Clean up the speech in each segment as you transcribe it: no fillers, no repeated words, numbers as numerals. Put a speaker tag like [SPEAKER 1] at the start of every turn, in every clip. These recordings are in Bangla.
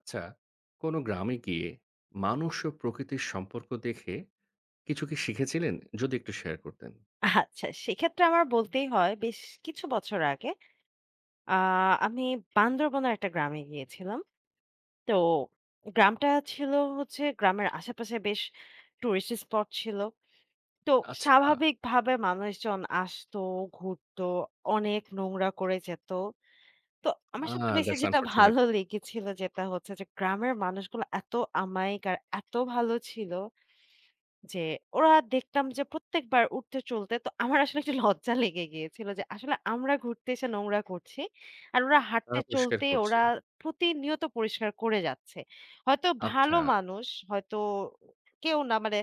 [SPEAKER 1] আচ্ছা, কোনো গ্রামে গিয়ে মানুষ ও প্রকৃতির সম্পর্ক দেখে কিছু কি শিখেছিলেন? যদি একটু শেয়ার করতেন।
[SPEAKER 2] আচ্ছা, সেক্ষেত্রে আমার বলতেই হয় বেশ কিছু বছর আগে আ আমি বান্দরবনের একটা গ্রামে গিয়েছিলাম। তো গ্রামটা ছিল হচ্ছে গ্রামের আশেপাশে বেশ টুরিস্ট স্পট ছিল। তো
[SPEAKER 1] আচ্ছা।
[SPEAKER 2] স্বাভাবিকভাবে মানুষজন আসতো, ঘুরতো, অনেক নোংরা করে যেত। তো আমার
[SPEAKER 1] আ
[SPEAKER 2] সবচেয়ে বেশি
[SPEAKER 1] দ্যাটস
[SPEAKER 2] যেটা
[SPEAKER 1] আনফরচুনেট।
[SPEAKER 2] ভালো লেগেছিল যেটা হচ্ছে যে গ্রামের মানুষগুলো এত অমায়িক আর এত ভালো ছিল যে ওরা দেখতাম যে প্রত্যেকবার উঠতে চলতে তো আমার আসলে একটু লজ্জা লেগে গিয়েছিল যে আসলে আমরা ঘুরতে এসে নোংরা করছি আর ওরা
[SPEAKER 1] তারা
[SPEAKER 2] হাঁটতে
[SPEAKER 1] পরিষ্কার
[SPEAKER 2] চলতে
[SPEAKER 1] করছে।
[SPEAKER 2] ওরা প্রতিনিয়ত পরিষ্কার করে যাচ্ছে, হয়তো
[SPEAKER 1] আচ্ছা।
[SPEAKER 2] ভালো মানুষ, হয়তো কেউ না মানে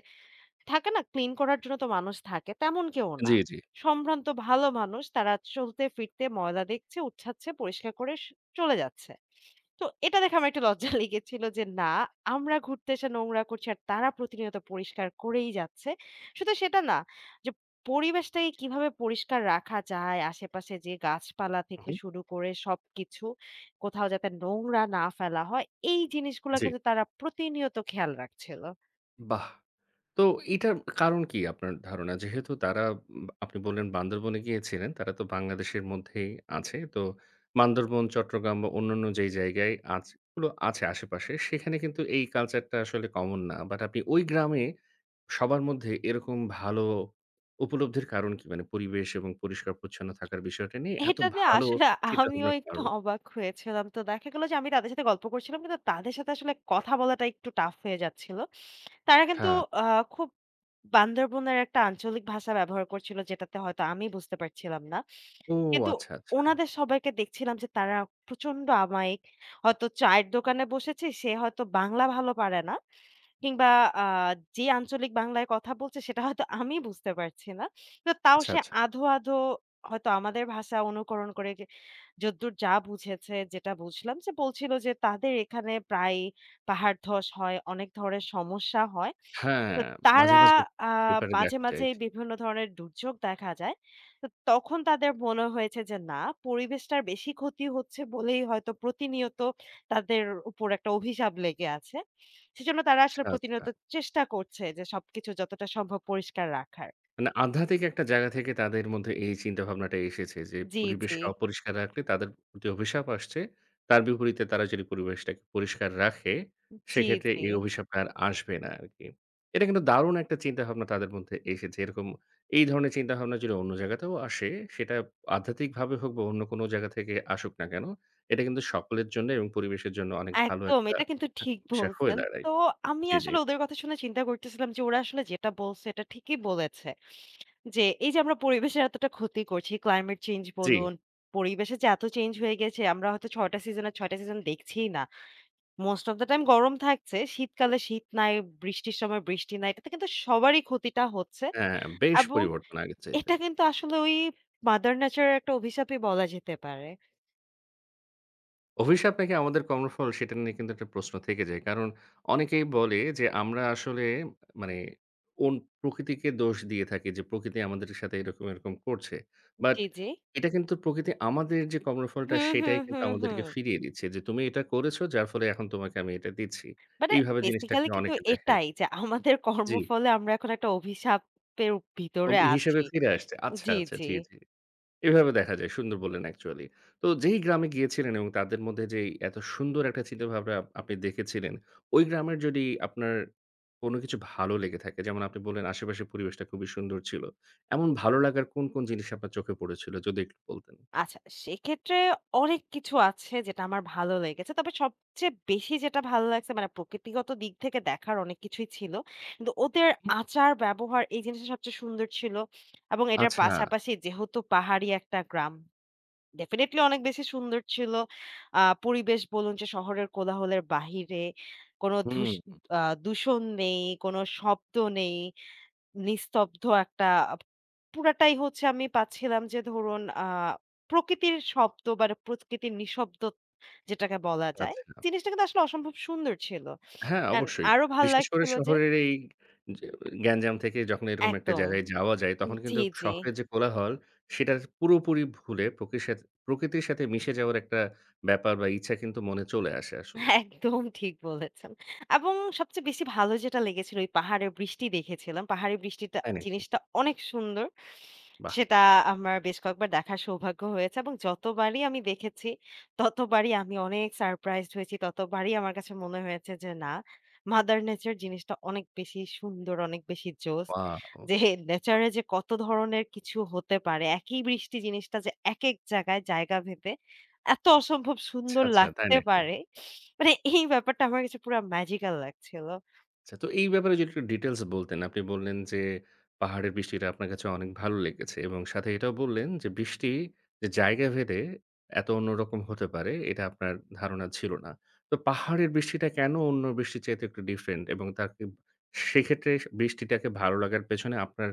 [SPEAKER 2] থাকে না ক্লিন করার জন্য, তো মানুষ থাকে তেমন কেউ না।
[SPEAKER 1] জি, জি।
[SPEAKER 2] সম্ভ্রান্ত ভালো মানুষ তারা চলতে ফিরতে ময়লা দেখছে, উঠাচ্ছে, পরিষ্কার করে চলে যাচ্ছে। তো এটা দেখে আমার একটু লজ্জা লেগেছিল যে না, আমরা ঘুরতে এসে নোংরা করছি আর তারা প্রতিনিয়ত পরিষ্কার করেই যাচ্ছে। শুধু সেটা না যে পরিবেশটাকে কিভাবে পরিষ্কার রাখা যায়, আশেপাশে যে গাছপালা থেকে
[SPEAKER 1] উহু,
[SPEAKER 2] শুরু করে সবকিছু কোথাও যাতে নোংরা না ফেলা হয়, এই জিনিসগুলা
[SPEAKER 1] জি।
[SPEAKER 2] কিন্তু তারা প্রতিনিয়ত খেয়াল রাখছিল।
[SPEAKER 1] বাহ! তো এটার কারণ কি আপনার ধারণা? যেহেতু তারা আপনি বললেন বান্দরবনে গিয়েছিলেন, তারা তো বাংলাদেশের মধ্যেই আছে। তো বান্দরবন, চট্টগ্রাম বা অন্যান্য যেই জায়গায় গুলো আছে আশেপাশে, সেখানে কিন্তু এই কালচারটা আসলে কমন না। বাট আপনি ওই গ্রামে সবার মধ্যে এরকম ভালো উপলব্ধির কারণ কি? মানে পরিবেশ এবং পরিষ্কার-পরিচ্ছন্ন থাকার বিষয়টা নিয়ে এত
[SPEAKER 2] এটাতে
[SPEAKER 1] ভালো
[SPEAKER 2] আসলে
[SPEAKER 1] চিন্তা
[SPEAKER 2] আমিও
[SPEAKER 1] ভাবনার
[SPEAKER 2] একটু
[SPEAKER 1] কারণ কি?
[SPEAKER 2] অবাক হয়েছিলাম। তো দেখা গেল যে আমি তাদের সাথে গল্প করছিলাম, কিন্তু তাদের সাথে আসলে কথা বলাটা একটু টাফ হয়ে যাচ্ছিল। তারা কিন্তু
[SPEAKER 1] হ্যাঁ।
[SPEAKER 2] আ খুব বান্দরবনের একটা আঞ্চলিক ভাষা ব্যবহার করছিল, যেটাতে হয়তো আমি বুঝতে পারছিলাম না।
[SPEAKER 1] ও
[SPEAKER 2] কিন্তু
[SPEAKER 1] আচ্ছা, আচ্ছা।
[SPEAKER 2] উনাদের সবাইকে দেখছিলাম যে তারা প্রচন্ড আমায়িক। হয়তো চায়ের দোকানে বসেছি, সে হয়তো বাংলা ভালো পারে না, কিংবা আ যে আঞ্চলিক বাংলায় কথা বলছে, সেটা হয়তো আমি বুঝতে পারছি না। তো তাও
[SPEAKER 1] আচ্ছা,
[SPEAKER 2] সে
[SPEAKER 1] আচ্ছা।
[SPEAKER 2] আধো, আধো হয়তো আমাদের ভাষা অনুকরণ করে, যে যদ্দূর যা বুঝেছে, যেটা বুঝলাম যে বলছিল যে তাদের এখানে প্রায় পাহাড় ধস হয়, অনেক ধরনের সমস্যা হয়।
[SPEAKER 1] হ্যাঁ,
[SPEAKER 2] তো
[SPEAKER 1] মাঝে,
[SPEAKER 2] তারা
[SPEAKER 1] মাঝে
[SPEAKER 2] আ
[SPEAKER 1] পেপারে
[SPEAKER 2] মাঝে,
[SPEAKER 1] দেখা যায়।
[SPEAKER 2] মাঝে
[SPEAKER 1] জি।
[SPEAKER 2] বিভিন্ন ধরনের দুর্যোগ দেখা যায়। তো তখন তাদের মনে হয়েছে যে না, পরিবেশটার বেশি ক্ষতি হচ্ছে বলেই হয়তো প্রতিনিয়ত তাদের উপর একটা অভিশাপ লেগে আছে। সেজন্য তারা
[SPEAKER 1] আচ্ছা,
[SPEAKER 2] আসলে
[SPEAKER 1] আচ্ছা।
[SPEAKER 2] প্রতিনিয়ত চেষ্টা করছে যে সবকিছু যতটা সম্ভব পরিষ্কার রাখার।
[SPEAKER 1] মানে আধ্যাত্মিক একটা জায়গা থেকে তাদের মধ্যে এই চিন্তাভাবনাটা এসেছে যে,
[SPEAKER 2] জি, জি,
[SPEAKER 1] পরিবেশকে হুম, অপরিষ্কার রাখলে তাদের প্রতি অভিশাপ আসছে। তার বিপরীতে তারা যদি পরিবেশটাকে পরিষ্কার রাখে,
[SPEAKER 2] জি,
[SPEAKER 1] সেক্ষেত্রে
[SPEAKER 2] জি।
[SPEAKER 1] এই অভিশাপটা আর আসবে না আরকি। এটা কিন্তু দারুণ একটা চিন্তাভাবনা তাদের মধ্যে এসেছে। এরকম এই ধরনের চিন্তাভাবনা যদি অন্য জায়গাতেও আসে, সেটা আধ্যাত্মিকভাবে হোক বা অন্য কোনো জায়গা থেকে আসুক না কেন, এটা কিন্তু সকলের জন্য এবং পরিবেশের জন্য অনেক ভালো
[SPEAKER 2] একদম,
[SPEAKER 1] একটা
[SPEAKER 2] এটা কিন্তু ঠিক
[SPEAKER 1] বিষয় হয়ে
[SPEAKER 2] বলছেন।
[SPEAKER 1] দাঁড়ায়।
[SPEAKER 2] তো আমি
[SPEAKER 1] জি, জি।
[SPEAKER 2] আসলে ওদের কথা শুনে চিন্তা করতেছিলাম যে ওরা আসলে যেটা বলছে এটা ঠিকই বলেছে। যে এই যে আমরা পরিবেশের এতটা ক্ষতি করছি, ক্লাইমেট চেঞ্জ
[SPEAKER 1] জি,
[SPEAKER 2] বলুন, পরিবেশের যে এত চেঞ্জ হয়ে গেছে, আমরা হয়তো ৬ টা সিজনের ৬ টা সিজন দেখছিই না। মোস্ট অফ দ্যা টাইম গরম থাকছে। শীতকালে শীত নাই, বৃষ্টির সময় বৃষ্টি নাই। এটাতে কিন্তু সবারই ক্ষতিটা হচ্ছে,
[SPEAKER 1] হ্যাঁ, বেশ
[SPEAKER 2] এবং
[SPEAKER 1] পরিবর্তন আগের চাইতে।
[SPEAKER 2] এটা কিন্তু আসলে ওই মাদার নেচারের একটা অভিশাপই বলা যেতে পারে।
[SPEAKER 1] অভিশাপ নাকি আমাদের কর্মফল সেটা নিয়ে কিন্তু একটা প্রশ্ন থেকে যায়। কারণ অনেকেই বলে যে আমরা আসলে মানে ওন প্রকৃতিকে দোষ দিয়ে থাকি যে প্রকৃতি আমাদের সাথে এরকম, এরকম করছে। বাট
[SPEAKER 2] জি, জি।
[SPEAKER 1] এটা কিন্তু প্রকৃতি আমাদের যে কর্মফলটা
[SPEAKER 2] হুম,
[SPEAKER 1] সেটাই
[SPEAKER 2] হুম,
[SPEAKER 1] কিন্তু
[SPEAKER 2] হুম, হুম।
[SPEAKER 1] আমাদেরকে ফিরিয়ে দিচ্ছে যে তুমি এটা করেছো, যার ফলে এখন তোমাকে আমি এটা দিচ্ছি।
[SPEAKER 2] মানে
[SPEAKER 1] এইভাবে জিনিসটাকে
[SPEAKER 2] বেসিক্যালি কিন্তু
[SPEAKER 1] অনেকে দেখে।
[SPEAKER 2] এটাই যে আমাদের
[SPEAKER 1] জি,
[SPEAKER 2] কর্মফলে আমরা এখন একটা অভিশাপের ভিতরে
[SPEAKER 1] হিসেবে
[SPEAKER 2] আছি।
[SPEAKER 1] ফিরে আসছে। আচ্ছা,
[SPEAKER 2] জি,
[SPEAKER 1] আচ্ছা।
[SPEAKER 2] জি।
[SPEAKER 1] জি, জি। এভাবে দেখা যায়। সুন্দর বললেন অ্যাকচুয়ালি। তো যেই গ্রামে গিয়েছিলেন এবং তাদের মধ্যে যেই এত সুন্দর একটা চিন্তাভাবনা আপনি দেখেছিলেন, ওই গ্রামের যদি আপনার কোনো কিছু ভালো লেগে থাকে, যেমন আপনি বললেন আশেপাশের পরিবেশটা খুবই সুন্দর ছিল। এমন ভালো লাগার কোন, কোন জিনিস আপনার চোখে পড়েছিল যদি একটু বলতেন?
[SPEAKER 2] আচ্ছা, সেক্ষেত্রে অনেক কিছু আছে যেটা আমার ভালো লেগেছে। তবে সবচেয়ে বেশি যেটা ভালো লাগছে, মানে প্রকৃতিগত দিক থেকে দেখার অনেক কিছুই ছিল। কিন্তু ওদের
[SPEAKER 1] হুম।
[SPEAKER 2] আচার-ব্যবহার এই জিনিসটা সবচেয়ে সুন্দর ছিল, এবং এটার
[SPEAKER 1] আচ্ছা,
[SPEAKER 2] পাশাপাশি যেহেতু পাহাড়ি একটা গ্রাম, ডেফিনিটলি অনেক বেশি সুন্দর ছিল। পরিবেশ বলুন যে শহরের কোলাহলের বাহিরে, কোনো ধূস
[SPEAKER 1] হুম,
[SPEAKER 2] আ দূষণ নেই, কোনো শব্দ নেই। নিস্তব্ধ একটা পুরাটাই হচ্ছে আমি পাচ্ছিলাম যে ধরুন প্রকৃতির শব্দ বা প্রকৃতির নিঃশব্দ, যেটাকে বলা যায়।
[SPEAKER 1] আচ্ছা।
[SPEAKER 2] জিনিসটা কিন্তু আসলে অসম্ভব সুন্দর ছিল।
[SPEAKER 1] হ্যাঁ,
[SPEAKER 2] অ্যান্ড
[SPEAKER 1] অবশ্যই।
[SPEAKER 2] আরো ভাল
[SPEAKER 1] বিশেষ করে
[SPEAKER 2] লাগছিল যে
[SPEAKER 1] শহরের এই যে গ্যাঞ্জাম থেকে যখন এরকম একটা
[SPEAKER 2] একদম।
[SPEAKER 1] জায়গায় যাওয়া যায়, তখন
[SPEAKER 2] জি,
[SPEAKER 1] কিন্তু
[SPEAKER 2] জি।
[SPEAKER 1] শহরের যে কোলাহল, সেটার পুরোপুরি ভুলে প্রকৃর সাথে প্রকৃতির সাথে মিশে যাওয়ার একটা ব্যাপার বা ইচ্ছা কিন্তু মনে চলে আসে আসলে।
[SPEAKER 2] একদম ঠিক বলেছেন। এবং সবচেয়ে বেশি ভালো যেটা লেগেছিল, ওই পাহাড়ে বৃষ্টি দেখেছিলাম। পাহাড়ে বৃষ্টিটা
[SPEAKER 1] তাই নাকি?
[SPEAKER 2] জিনিসটা অনেক সুন্দর।
[SPEAKER 1] বাহ!
[SPEAKER 2] সেটা আমার বেশ কয়েকবার দেখার সৌভাগ্য হয়েছে, এবং যতবারই আমি দেখেছি, ততবারই আমি অনেক সারপ্রাইজড হয়েছি। ততবারই আমার কাছে মনে হয়েছে যে না, মাদার নেচার জিনিসটা অনেক বেশি সুন্দর, অনেক বেশি জোস।
[SPEAKER 1] ওয়াও!
[SPEAKER 2] যে নেচারে যে কত ধরনের কিছু হতে পারে। একই বৃষ্টি জিনিসটা যে একেক জায়গায় জায়গা ভেদে এত অসম্ভব
[SPEAKER 1] আচ্ছা,
[SPEAKER 2] সুন্দর
[SPEAKER 1] আচ্ছা। তাই
[SPEAKER 2] লাগতে
[SPEAKER 1] নাকি?
[SPEAKER 2] পারে। মানে এই ব্যাপারটা আমার কাছে পুরা ম্যাজিক্যাল লাগছিল।
[SPEAKER 1] আচ্ছা, তো এই ব্যাপারে যদি একটু ডিটেইলস বলতেন। আপনি বললেন যে, পাহাড়ের বৃষ্টিটা আপনার কাছে অনেক ভালো লেগেছে এবং সাথে এটাও বললেন যে, বৃষ্টি যে জায়গা ভেদে এত অন্যরকম হতে পারে, এটা আপনার ধারণা ছিল না। তো পাহাড়ের বৃষ্টিটা কেন অন্য বৃষ্টির চাইতে একটু ডিফারেন্ট, এবং তাকে সেক্ষেত্রে বৃষ্টিটাকে ভালো লাগার পেছনে আপনার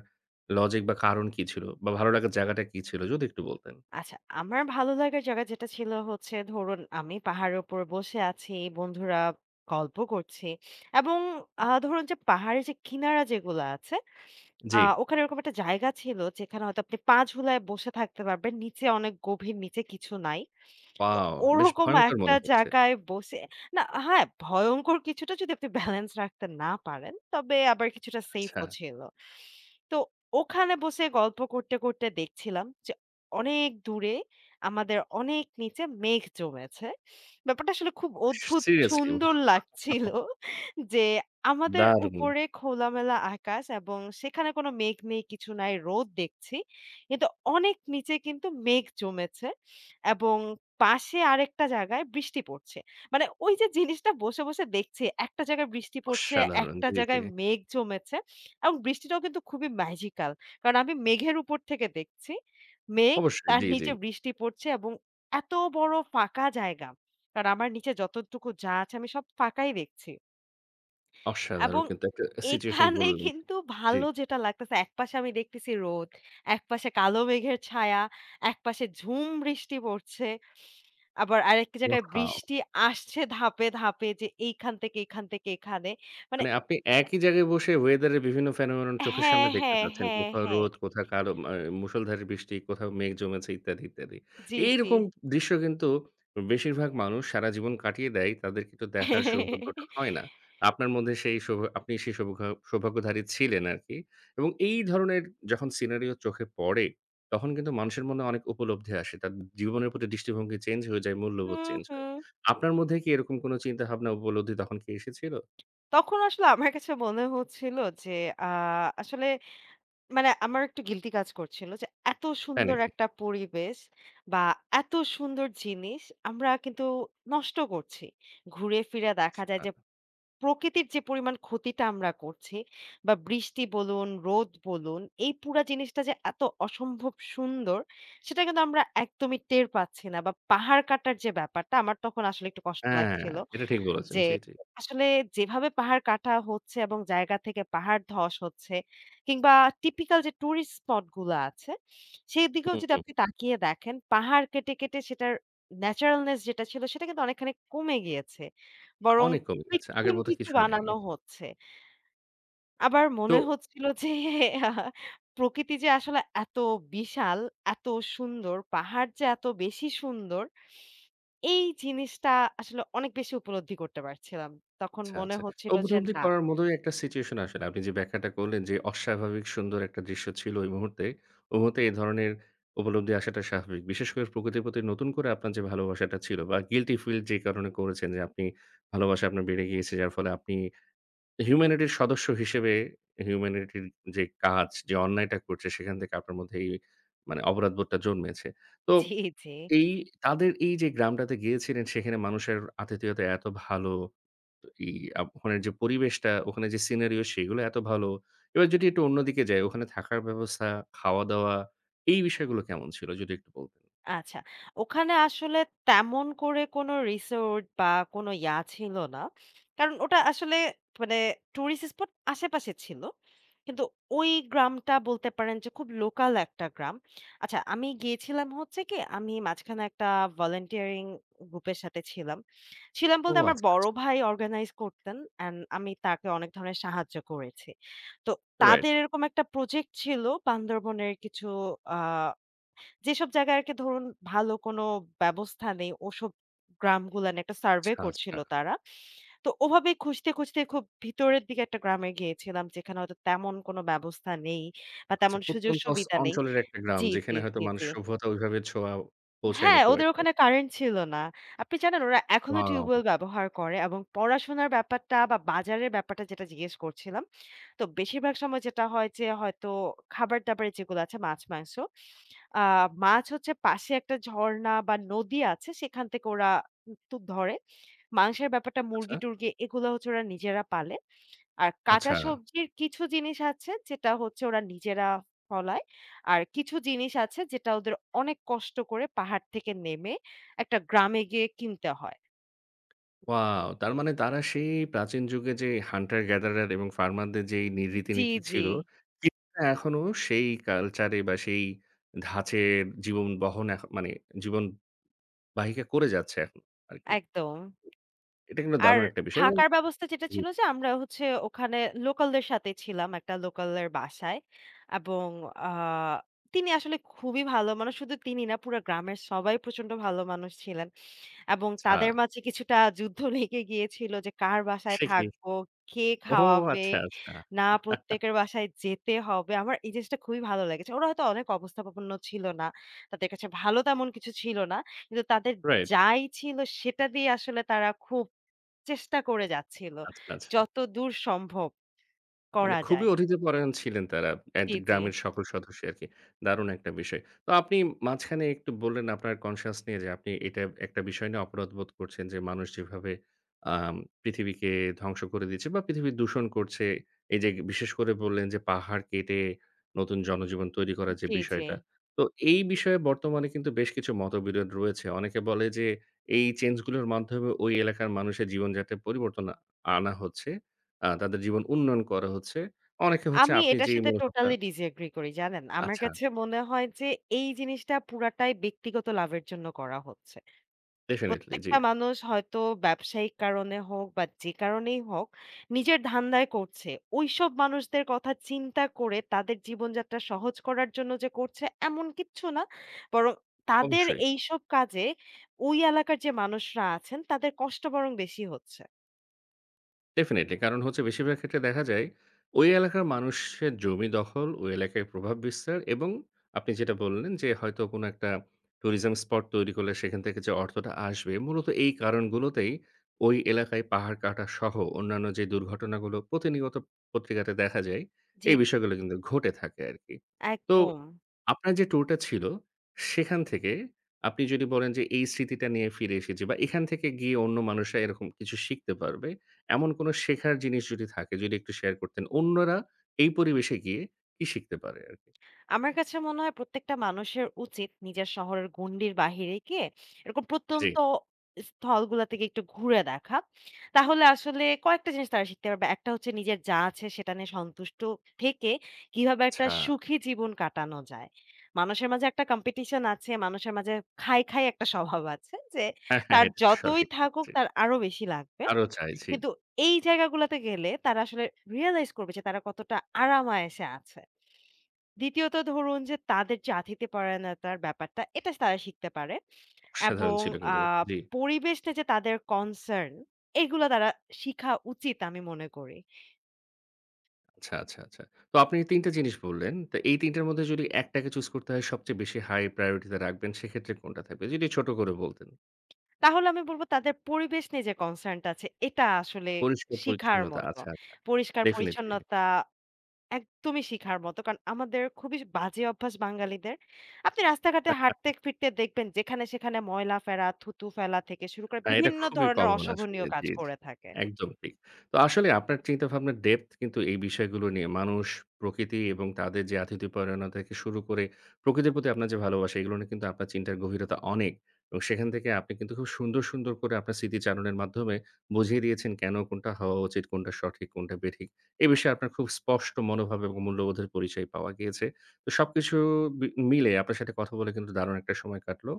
[SPEAKER 1] লজিক বা কারণ কি ছিল? বা ভালো লাগার জায়গাটা কি ছিল? যদি একটু বলতেন।
[SPEAKER 2] আচ্ছা, আমার ভালো লাগার জায়গা যেটা ছিল হচ্ছে ধরুন আমি পাহাড়ের উপর বসে আছি, বন্ধুরা গল্প করছি, এবং ধরুন যে পাহাড়ের যে কিনারা যেগুলো আছে,
[SPEAKER 1] জি।
[SPEAKER 2] ওখানে ওরকম একটা জায়গা ছিল যেখানে হয়তো আপনি পা ঝুলায় বসে থাকতে পারবেন। নিচে অনেক গভীর, নিচে কিছু নাই। তো
[SPEAKER 1] ওয়াও! বেশ
[SPEAKER 2] ওরকম
[SPEAKER 1] ভয়ংকর
[SPEAKER 2] একটা
[SPEAKER 1] মনে হচ্ছে।
[SPEAKER 2] জায়গায় বসে না, হ্যাঁ, ভয়ংকর, কিছুটা যদি আপনি ব্যালেন্স রাখতে না পারেন, তবে আবার কিছুটা
[SPEAKER 1] আচ্ছা।
[SPEAKER 2] সেফও ছিল। তো ওখানে বসে গল্প করতে, করতে দেখছিলাম যে অনেক দূরে আমাদের অনেক নিচে মেঘ জমেছে। ব্যাপারটা আসলে খুব অদ্ভুত
[SPEAKER 1] সিরিয়াসলি
[SPEAKER 2] সুন্দর
[SPEAKER 1] ওয়াও!
[SPEAKER 2] লাগছিল যে আমাদের
[SPEAKER 1] দারুণ!
[SPEAKER 2] উপরে খোলামেলা আকাশ এবং সেখানে কোনো মেঘ নেই, কিছু নাই, রোদ দেখছি। কিন্তু অনেক নিচে কিন্তু মেঘ জমেছে, এবং পাশে আরেকটা জায়গায় বৃষ্টি পড়ছে। মানে ওই যে জিনিসটা বসে, বসে দেখছি, একটা জায়গায় বৃষ্টি পড়ছে,
[SPEAKER 1] অসাধারণ!
[SPEAKER 2] একটা
[SPEAKER 1] জি, জি।
[SPEAKER 2] জায়গায় মেঘ জমেছে, এবং বৃষ্টিটাও কিন্তু খুবই ম্যাজিক্যাল। কারণ আমি মেঘের উপর থেকে দেখছি। মেঘ,
[SPEAKER 1] অবশ্যই।
[SPEAKER 2] তার
[SPEAKER 1] জি, জি।
[SPEAKER 2] নিচে বৃষ্টি পড়ছে এবং এত বড় ফাঁকা জায়গা। কারণ আমার নিচে যতটুকু যা আছে আমি সব ফাঁকাই দেখছি,
[SPEAKER 1] অসাধারণ
[SPEAKER 2] এবং
[SPEAKER 1] কিন্তু একটা সিচুয়েশন
[SPEAKER 2] এখানে
[SPEAKER 1] বললেন।
[SPEAKER 2] কিন্তু
[SPEAKER 1] জি।
[SPEAKER 2] ভালো যেটা লাগতেছে, একপাশে আমি দেখতেছি রোদ, একপাশে কালো মেঘের ছায়া, একপাশে ঝুম বৃষ্টি পড়ছে। আবার আরেক জায়গায়
[SPEAKER 1] ওয়াও!
[SPEAKER 2] বৃষ্টি আসছে ধাপে, ধাপে, যে এইখান থেকে এইখান থেকে এখানে। মানে
[SPEAKER 1] মানে আপনি একই জায়গায় বসে ওয়েদারের বিভিন্ন ফেনোমেনন চোখের সামনে
[SPEAKER 2] হ্যাঁ,
[SPEAKER 1] দেখতে
[SPEAKER 2] হ্যাঁ,
[SPEAKER 1] পাচ্ছেন।
[SPEAKER 2] হ্যাঁ,
[SPEAKER 1] কোথাও
[SPEAKER 2] হ্যাঁ।
[SPEAKER 1] রোদ, কোথাও কালো মুষলধারে বৃষ্টি, কোথাও মেঘ জমেছে ইত্যাদি, ইত্যাদি।
[SPEAKER 2] জি, জি।
[SPEAKER 1] এইরকম দৃশ্য কিন্তু বেশিরভাগ মানুষ সারা জীবন কাটিয়ে দেয়। তাদের কিন্তু দেখার সৌভাগ্যটা হয় না। আপনার মধ্যে সেই আপনি সেই সৌভাগ্যধারী ছিলেন আরকি। এবং এই ধরনের যখন সিনারিও চোখে পড়ে, তখন কিন্তু মানুষের মনে অনেক উপলব্ধি আসে। তার জীবনের প্রতি দৃষ্টিভঙ্গি চেঞ্জ হয়ে যায়, মূল্যবোধ
[SPEAKER 2] হুম,
[SPEAKER 1] চেঞ্জ হয়।
[SPEAKER 2] হুম।
[SPEAKER 1] আপনার মধ্যে কি এরকম কোন চিন্তাভাবনা উপলব্ধি তখন কি এসেছিল?
[SPEAKER 2] তখন আসলে আমার কাছে মনে হচ্ছিল যে আ আসলে, মানে আমার একটু গিল্টি কাজ করছিল যে এত
[SPEAKER 1] তাই
[SPEAKER 2] সুন্দর
[SPEAKER 1] নাকি?
[SPEAKER 2] একটা পরিবেশ বা এত সুন্দর জিনিস আমরা কিন্তু নষ্ট করছি। ঘুরে ফিরে দেখা যায়
[SPEAKER 1] আচ্ছা।
[SPEAKER 2] যে প্রকৃতির যে পরিমাণ ক্ষতিটা আমরা করছি, বা বৃষ্টি বলুন, রোদ বলুন, এই পুরা জিনিসটা যে এত অসম্ভব সুন্দর সেটা কিন্তু আমরা একদমই টের পাচ্ছি না, বা পাহাড় কাটার যে ব্যাপারটা আমার তখন আসলে একটু কষ্ট
[SPEAKER 1] হ্যাঁ,
[SPEAKER 2] লাগছিল।
[SPEAKER 1] এটা ঠিক বলেছেন।
[SPEAKER 2] যে
[SPEAKER 1] জি, জি।
[SPEAKER 2] আসলে যেভাবে পাহাড় কাটা হচ্ছে এবং জায়গা থেকে পাহাড় ধস হচ্ছে, কিংবা টিপিক্যাল যে টুরিস্ট স্পট গুলো আছে সেই দিকেও
[SPEAKER 1] হুম,
[SPEAKER 2] যদি
[SPEAKER 1] হুম।
[SPEAKER 2] আপনি তাকিয়ে দেখেন, পাহাড় কেটে কেটে সেটার ন্যাচারালনেস যেটা ছিল সেটা কিন্তু অনেকখানি কমে গিয়েছে, বরং
[SPEAKER 1] অনেক কমে গেছে। আগের
[SPEAKER 2] কৃত্রিম
[SPEAKER 1] মতো
[SPEAKER 2] কিছু
[SPEAKER 1] কিছুই নাই।
[SPEAKER 2] বানানো হচ্ছে। আবার
[SPEAKER 1] তো
[SPEAKER 2] মনে হচ্ছিল যে আহ, প্রকৃতি যে আসলে এত বিশাল, এত সুন্দর, পাহাড় যে এত বেশি সুন্দর, এই জিনিসটা আসলে অনেক বেশি উপলব্ধি করতে পারছিলাম। তখন
[SPEAKER 1] আচ্ছা,
[SPEAKER 2] মনে
[SPEAKER 1] আচ্ছা।
[SPEAKER 2] হচ্ছিল যে
[SPEAKER 1] উপলব্ধি
[SPEAKER 2] না।
[SPEAKER 1] করার মতোই একটা সিচুয়েশন আসলে। আপনি যে ব্যাখ্যাটা করলেন যে অস্বাভাবিক সুন্দর একটা দৃশ্য ছিল ওই মুহূর্তে। ওই মুহূর্তে এই ধরনের উপলব্ধি আসাটা স্বাভাবিক। বিশেষ করে প্রকৃতির প্রতি নতুন করে আপনার যে ভালোবাসাটা ছিল বা গিল্টি ফিল যে কারণে করেছেন যে আপনি ভালোবাসা আপনার বেড়ে গিয়েছে। যার ফলে আপনি হিউম্যানিটির সদস্য হিসেবে হিউম্যানিটির যে কাজ, যে অন্যায়টা করছে সেখান থেকে আপনার মধ্যে এই মানে অপরাধবোধটা জন্মেছে। তো
[SPEAKER 2] জি, জি।
[SPEAKER 1] এই তাদের এই যে গ্রামটাতে গিয়েছিলেন সেখানে মানুষের আতিথেয়তা এত ভালো। তো এই ওখানের যে পরিবেশটা, ওখানে যে সিনারিও সেগুলো এত ভালো। এবার যদি একটু অন্যদিকে যাই, ওখানে থাকার ব্যবস্থা, খাওয়া-দাওয়া, এই বিষয়গুলো কেমন ছিল যদি একটু বলতেন?
[SPEAKER 2] আচ্ছা, ওখানে আসলে তেমন করে কোনো রিসোর্ট বা কোনো ইয়া ছিল না। কারণ ওটা আসলে, মানে টুরিস্ট স্পট আশেপাশে ছিল। কিন্তু ওই গ্রামটা বলতে পারেন যে খুব লোকাল একটা গ্রাম। আচ্ছা, আমি গিয়েছিলাম হচ্ছে কি আমি মাঝখানে একটা ভলান্টিয়ারিং গ্রুপের সাথে ছিলাম। ছিলাম
[SPEAKER 1] ও
[SPEAKER 2] বলতে আমার
[SPEAKER 1] আচ্ছা,
[SPEAKER 2] বড়
[SPEAKER 1] আচ্ছা।
[SPEAKER 2] ভাই অর্গানাইজ করতেন, অ্যান্ড আমি তাকে অনেক ধরনের সাহায্য করেছি। তো
[SPEAKER 1] রাইট।
[SPEAKER 2] তাদের এরকম একটা প্রজেক্ট ছিল বান্দরবনের কিছু আ যেসব জায়গায় আরকি ধরুন ভালো কোনো ব্যবস্থা নেই, ওসব গ্রামগুলান একটা সার্ভে
[SPEAKER 1] আচ্ছা,
[SPEAKER 2] করছিল
[SPEAKER 1] আচ্ছা,
[SPEAKER 2] তারা। তো ওভাবেই খুঁজতে, খুঁজতে খুব ভিতরের দিকে একটা গ্রামে গিয়েছিলাম যেখানে হয়তো তেমন কোনো ব্যবস্থা নেই বা
[SPEAKER 1] আচ্ছা।
[SPEAKER 2] তেমন
[SPEAKER 1] প্রত্যন্ত
[SPEAKER 2] সুযোগ-সুবিধা নেই।
[SPEAKER 1] অঞ্চলের একটা গ্রাম
[SPEAKER 2] জি, জি,
[SPEAKER 1] যেখানে হয়তো
[SPEAKER 2] জি,
[SPEAKER 1] মানুষ
[SPEAKER 2] জি।
[SPEAKER 1] সভ্যতা ওইভাবে ছোঁয়া পৌঁছায়নি
[SPEAKER 2] হ্যাঁ,
[SPEAKER 1] খুব
[SPEAKER 2] ওদের
[SPEAKER 1] একটা।
[SPEAKER 2] ওখানে কারেন্ট ছিল না। আপনি জানেন ওরা এখনো
[SPEAKER 1] ওয়াও!
[SPEAKER 2] টিউবওয়েল ব্যবহার করে, এবং পড়াশোনার ব্যাপারটা বা বাজারের ব্যাপারটা যেটা জিজ্ঞেস করছিলাম। তো বেশিরভাগ সময় যেটা হয় যে হয়তো খাবার-দাবারে যেগুলো আছে মাছ, মাংস, আ মাছ হচ্ছে পাশে একটা ঝর্ণা বা নদী আছে সেখান থেকে ওরা ধরে। মাংসের ব্যাপারটা
[SPEAKER 1] আচ্ছা,
[SPEAKER 2] মুরগি-টুরগি এগুলো হচ্ছে ওরা নিজেরা পালে। আর কাঁচা
[SPEAKER 1] আচ্ছা।
[SPEAKER 2] সবজির কিছু জিনিস আছে যেটা হচ্ছে ওরা নিজেরা ফলায়। আর কিছু জিনিস আছে যেটা ওদের অনেক কষ্ট করে পাহাড় থেকে নেমে একটা গ্রামে গিয়ে কিনতে হয়।
[SPEAKER 1] ওয়াও! তার মানে তারা সেই প্রাচীন যুগে যে হান্টার গ্যাদারার এবং ফার্মারদের যেই
[SPEAKER 2] জি,
[SPEAKER 1] রীতিনীতি
[SPEAKER 2] জি।
[SPEAKER 1] ছিল, কিছুটা এখনো সেই কালচারে বা সেই ধাঁচের জীবন বহন মানে জীবন বাহিকা করে যাচ্ছে এখন আরকি।
[SPEAKER 2] একদম।
[SPEAKER 1] এটা কিন্তু
[SPEAKER 2] আর
[SPEAKER 1] দারুণ একটা বিষয় এবং
[SPEAKER 2] থাকার ব্যবস্থা যেটা
[SPEAKER 1] জি,
[SPEAKER 2] ছিল যে আমরা হচ্ছে ওখানে লোকালদের সাথে ছিলাম একটা লোকালের বাসায়, এবং আ তিনি আসলে খুবই ভালো মানুষ। শুধু তিনি না, পুরা গ্রামের সবাই প্রচন্ড ভালো মানুষ ছিলেন, এবং
[SPEAKER 1] আচ্ছা,
[SPEAKER 2] তাদের মাঝে কিছুটা যুদ্ধ লেগে গিয়েছিল যে কার বাসায়
[SPEAKER 1] সে কি?
[SPEAKER 2] থাকবো, কে
[SPEAKER 1] ও
[SPEAKER 2] খাওয়াবে,
[SPEAKER 1] আচ্ছা, আচ্ছা।
[SPEAKER 2] না প্রত্যেকের বাসায় যেতে হবে। আমার এই জিনিসটা খুবই ভালো লেগেছে। ওরা হয়তো অনেক অবস্থাপন্ন ছিল না। তাদের কাছে ভালো তেমন কিছু ছিল না। কিন্তু তাদের
[SPEAKER 1] রাইট।
[SPEAKER 2] যাই ছিল সেটা দিয়ে আসলে তারা খুব চেষ্টা করে যাচ্ছিল।
[SPEAKER 1] আচ্ছা, আচ্ছা।
[SPEAKER 2] যতদূর সম্ভব
[SPEAKER 1] মানে
[SPEAKER 2] করা
[SPEAKER 1] খুবই
[SPEAKER 2] যায়।
[SPEAKER 1] অতিথিপরায়ণ ছিলেন তারা।
[SPEAKER 2] জি, জি,
[SPEAKER 1] গ্রামের সকল সদস্য আরকি। দারুণ একটা বিষয়। তো আপনি মাঝখানে একটু বললেন আপনার কনসিয়াস নিয়ে যে আপনি এটা একটা বিষয় নিয়ে অপরাধ বোধ করছেন যে মানুষ যেভাবে আম পৃথিবীকে ধ্বংস করে দিচ্ছে বা পৃথিবী দূষণ করছে। এই যে বিশেষ করে বললেন যে পাহাড় কেটে নতুন জনজীবন তৈরি করার যে
[SPEAKER 2] জি, জি।
[SPEAKER 1] বিষয়টা। তো এই বিষয়ে বর্তমানে কিন্তু বেশ কিছু মতবিরোধ রয়েছে। অনেকে বলে যে এই চেঞ্জ গুলোর মাধ্যমে ওই এলাকার মানুষের জীবনযাত্রায় পরিবর্তন আনা হচ্ছে। তাদের জীবন উন্নয়ন করা হচ্ছে। অনেকে হচ্ছে
[SPEAKER 2] আমি
[SPEAKER 1] আপনি
[SPEAKER 2] এটার
[SPEAKER 1] যেই
[SPEAKER 2] সাথে
[SPEAKER 1] মনোভাবটা
[SPEAKER 2] টোটালি ডিসএগ্রি করি, জানেন? আমার
[SPEAKER 1] আচ্ছা,
[SPEAKER 2] কাছে মনে হয় যে এই জিনিসটা পুরাটাই ব্যক্তিগত লাভের জন্য করা হচ্ছে।
[SPEAKER 1] ডেফিনিটলি জি,
[SPEAKER 2] প্রত্যেকটা মানুষ হয়তো ব্যবসায়িক কারণে হোক বা যে কারণেই হোক, নিজের ধান্দায় করছে। ওইসব মানুষদের কথা চিন্তা করে তাদের জীবনযাত্রা সহজ করার জন্য যে করছে এমন কিচ্ছু না। বরং তাদের
[SPEAKER 1] অবশ্যই।
[SPEAKER 2] এইসব কাজে ওই এলাকার যে মানুষরা আছেন তাদের কষ্ট বরং বেশি হচ্ছে।
[SPEAKER 1] ডেফিনিটলি। কারণ হচ্ছে বেশিরভাগ ক্ষেত্রে দেখা যায় ওই এলাকার মানুষের জমি দখল, ওই এলাকায় প্রভাব বিস্তার এবং আপনি যেটা বললেন যে হয়তো কোনো একটা ট্যুরিজম স্পট তৈরি করলে সেখান থেকে যে অর্থটা আসবে, মূলত এই কারণগুলোতেই ওই এলাকায় পাহাড় কাটা সহ অন্যান্য যে দুর্ঘটনাগুলো প্রতিনিয়ত পত্রিকাতে দেখা যায়,
[SPEAKER 2] জি।
[SPEAKER 1] এই বিষয়গুলো কিন্তু ঘটে থাকে আরকি। তো
[SPEAKER 2] একদম।
[SPEAKER 1] আপনার যে ট্যুরটা ছিল, সেখান থেকে আপনি যদি বলেন যে এই স্মৃতিটা নিয়ে ফিরে এসেছি বা এখান থেকে গিয়ে অন্য মানুষরা এরকম কিছু শিখতে পারবে। এমন কোনো শেখার জিনিস যদি থাকে যদি একটু শেয়ার করতেন। অন্যরা এই পরিবেশে গিয়ে কি শিখতে পারে আরকি?
[SPEAKER 2] আমার কাছে মনে হয় প্রত্যেকটা মানুষের উচিত নিজের শহরের গণ্ডির বাহিরে গিয়ে এরকম
[SPEAKER 1] জি,
[SPEAKER 2] প্রত্যন্ত স্থলগুলা থেকে একটু ঘুরে দেখা। তাহলে আসলে কয়েকটা জিনিস তারা শিখতে পারবে। একটা হচ্ছে নিজের যা আছে সেটা নিয়ে সন্তুষ্ট থেকে কিভাবে একটা
[SPEAKER 1] আচ্ছা।
[SPEAKER 2] সুখী জীবন কাটানো যায়। মানুষের মাঝে একটা কম্পিটিশন আছে, মানুষের মাঝে খাই, খাই একটা স্বভাব আছে যে
[SPEAKER 1] হ্যাঁ, হ্যাঁ,
[SPEAKER 2] তার
[SPEAKER 1] এটা তো
[SPEAKER 2] যতই
[SPEAKER 1] সঠিক।
[SPEAKER 2] থাকুক
[SPEAKER 1] জি।
[SPEAKER 2] তার আরো বেশি লাগবে।
[SPEAKER 1] আরো চাই, জি।
[SPEAKER 2] কিন্তু এই জায়গাগুলাতে গেলে তারা আসলে রিয়ালাইজ করবে যে তারা কতটা আরাম-আয়েশে আছে। দ্বিতীয়ত ধরুন যে তাদের যে আতিথ্যপরায়ণতার ব্যাপারটা, এটা তারা শিখতে পারে,
[SPEAKER 1] অসাধারণ
[SPEAKER 2] এবং
[SPEAKER 1] ছিল কিন্তু
[SPEAKER 2] আ
[SPEAKER 1] এটা। জি।
[SPEAKER 2] পরিবেশ নিয়ে যে তাদের কনসার্ন, এগুলো তারা শিখা উচিত আমি মনে করি।
[SPEAKER 1] আচ্ছা, আচ্ছা, আচ্ছা। তো আপনি ৩ টা জিনিস বললেন। তো এই ৩ টার মধ্যে যদি একটাকে চুজ করতে হয় সবচেয়ে বেশি হাই প্রায়োরিটি তে রাখবেন সেক্ষেত্রে কোনটা থাকবে? যদি ছোট করে বলতেন।
[SPEAKER 2] তাহলে আমি বলব তাদের পরিবেশ নিয়ে যে কনসার্ন টা আছে, এটা আসলে
[SPEAKER 1] পরিষ্কার
[SPEAKER 2] শিখার
[SPEAKER 1] পরিচ্ছন্নতা।
[SPEAKER 2] মতো।
[SPEAKER 1] আচ্ছা, আচ্ছা। ডেফিনিটলি।
[SPEAKER 2] পরিষ্কার-পরিচ্ছন্নতা একদমই শিখার মতো। কারণ আমাদের খুবই বাজে অভ্যাস বাঙালিদের। আপনি রাস্তাঘাটে হাঁটতে-ফিরতে দেখবেন যেখানে সেখানে ময়লা ফেলা, থুতু ফেলা থেকে শুরু করে
[SPEAKER 1] হ্যাঁ, এটা
[SPEAKER 2] বিভিন্ন
[SPEAKER 1] খুবই
[SPEAKER 2] ধরনের
[SPEAKER 1] কমন আসলে।
[SPEAKER 2] অশোভনীয় কাজ
[SPEAKER 1] জি, জি।
[SPEAKER 2] করে থাকে।
[SPEAKER 1] একদম ঠিক। তো আসলে আপনার চিন্তাভাবনার ডেপথ কিন্তু এই বিষয়গুলো নিয়ে মানুষ, প্রকৃতি এবং তাদের যে আতিথ্যপরায়ণতা থেকে শুরু করে প্রকৃতির প্রতি আপনার যে ভালোবাসা এগুলো নিয়ে কিন্তু আপনার চিন্তার গভীরতা অনেক। এবং সেখান থেকে আপনি কিন্তু খুব সুন্দর, সুন্দর করে আপনার স্মৃতিচারণের মাধ্যমে বুঝিয়ে দিয়েছেন কেন কোনটা হওয়া উচিত, কোনটা সঠিক, কোনটা বেঠিক। এ বিষয়ে আপনার খুব স্পষ্ট মনোভাব এবং মূল্যবোধের পরিচয় পাওয়া গিয়েছে। তো সবকিছু বি মিলে আপনার সাথে কথা বলে কিন্তু দারুণ একটা সময় কাটলো।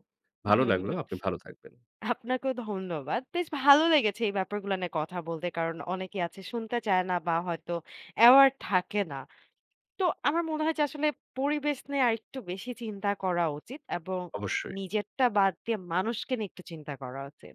[SPEAKER 1] ভালো লাগলো। আপনি ভালো থাকবেন।
[SPEAKER 2] আপনাকেও ধন্যবাদ। বেশ ভালো লেগেছে এই ব্যাপারগুলো নিয়ে কথা বলতে। কারণ অনেকে আছে শুনতে চায় না বা হয়তো অ্যাওয়ার থাকে না। তো আমার মনে হয় যে আসলে পরিবেশ নিয়ে আরেকটু বেশি চিন্তা করা উচিত, এবং
[SPEAKER 1] অবশ্যই।
[SPEAKER 2] নিজেরটা বাদ দিয়ে মানুষকে নিয়ে একটু চিন্তা করা উচিত।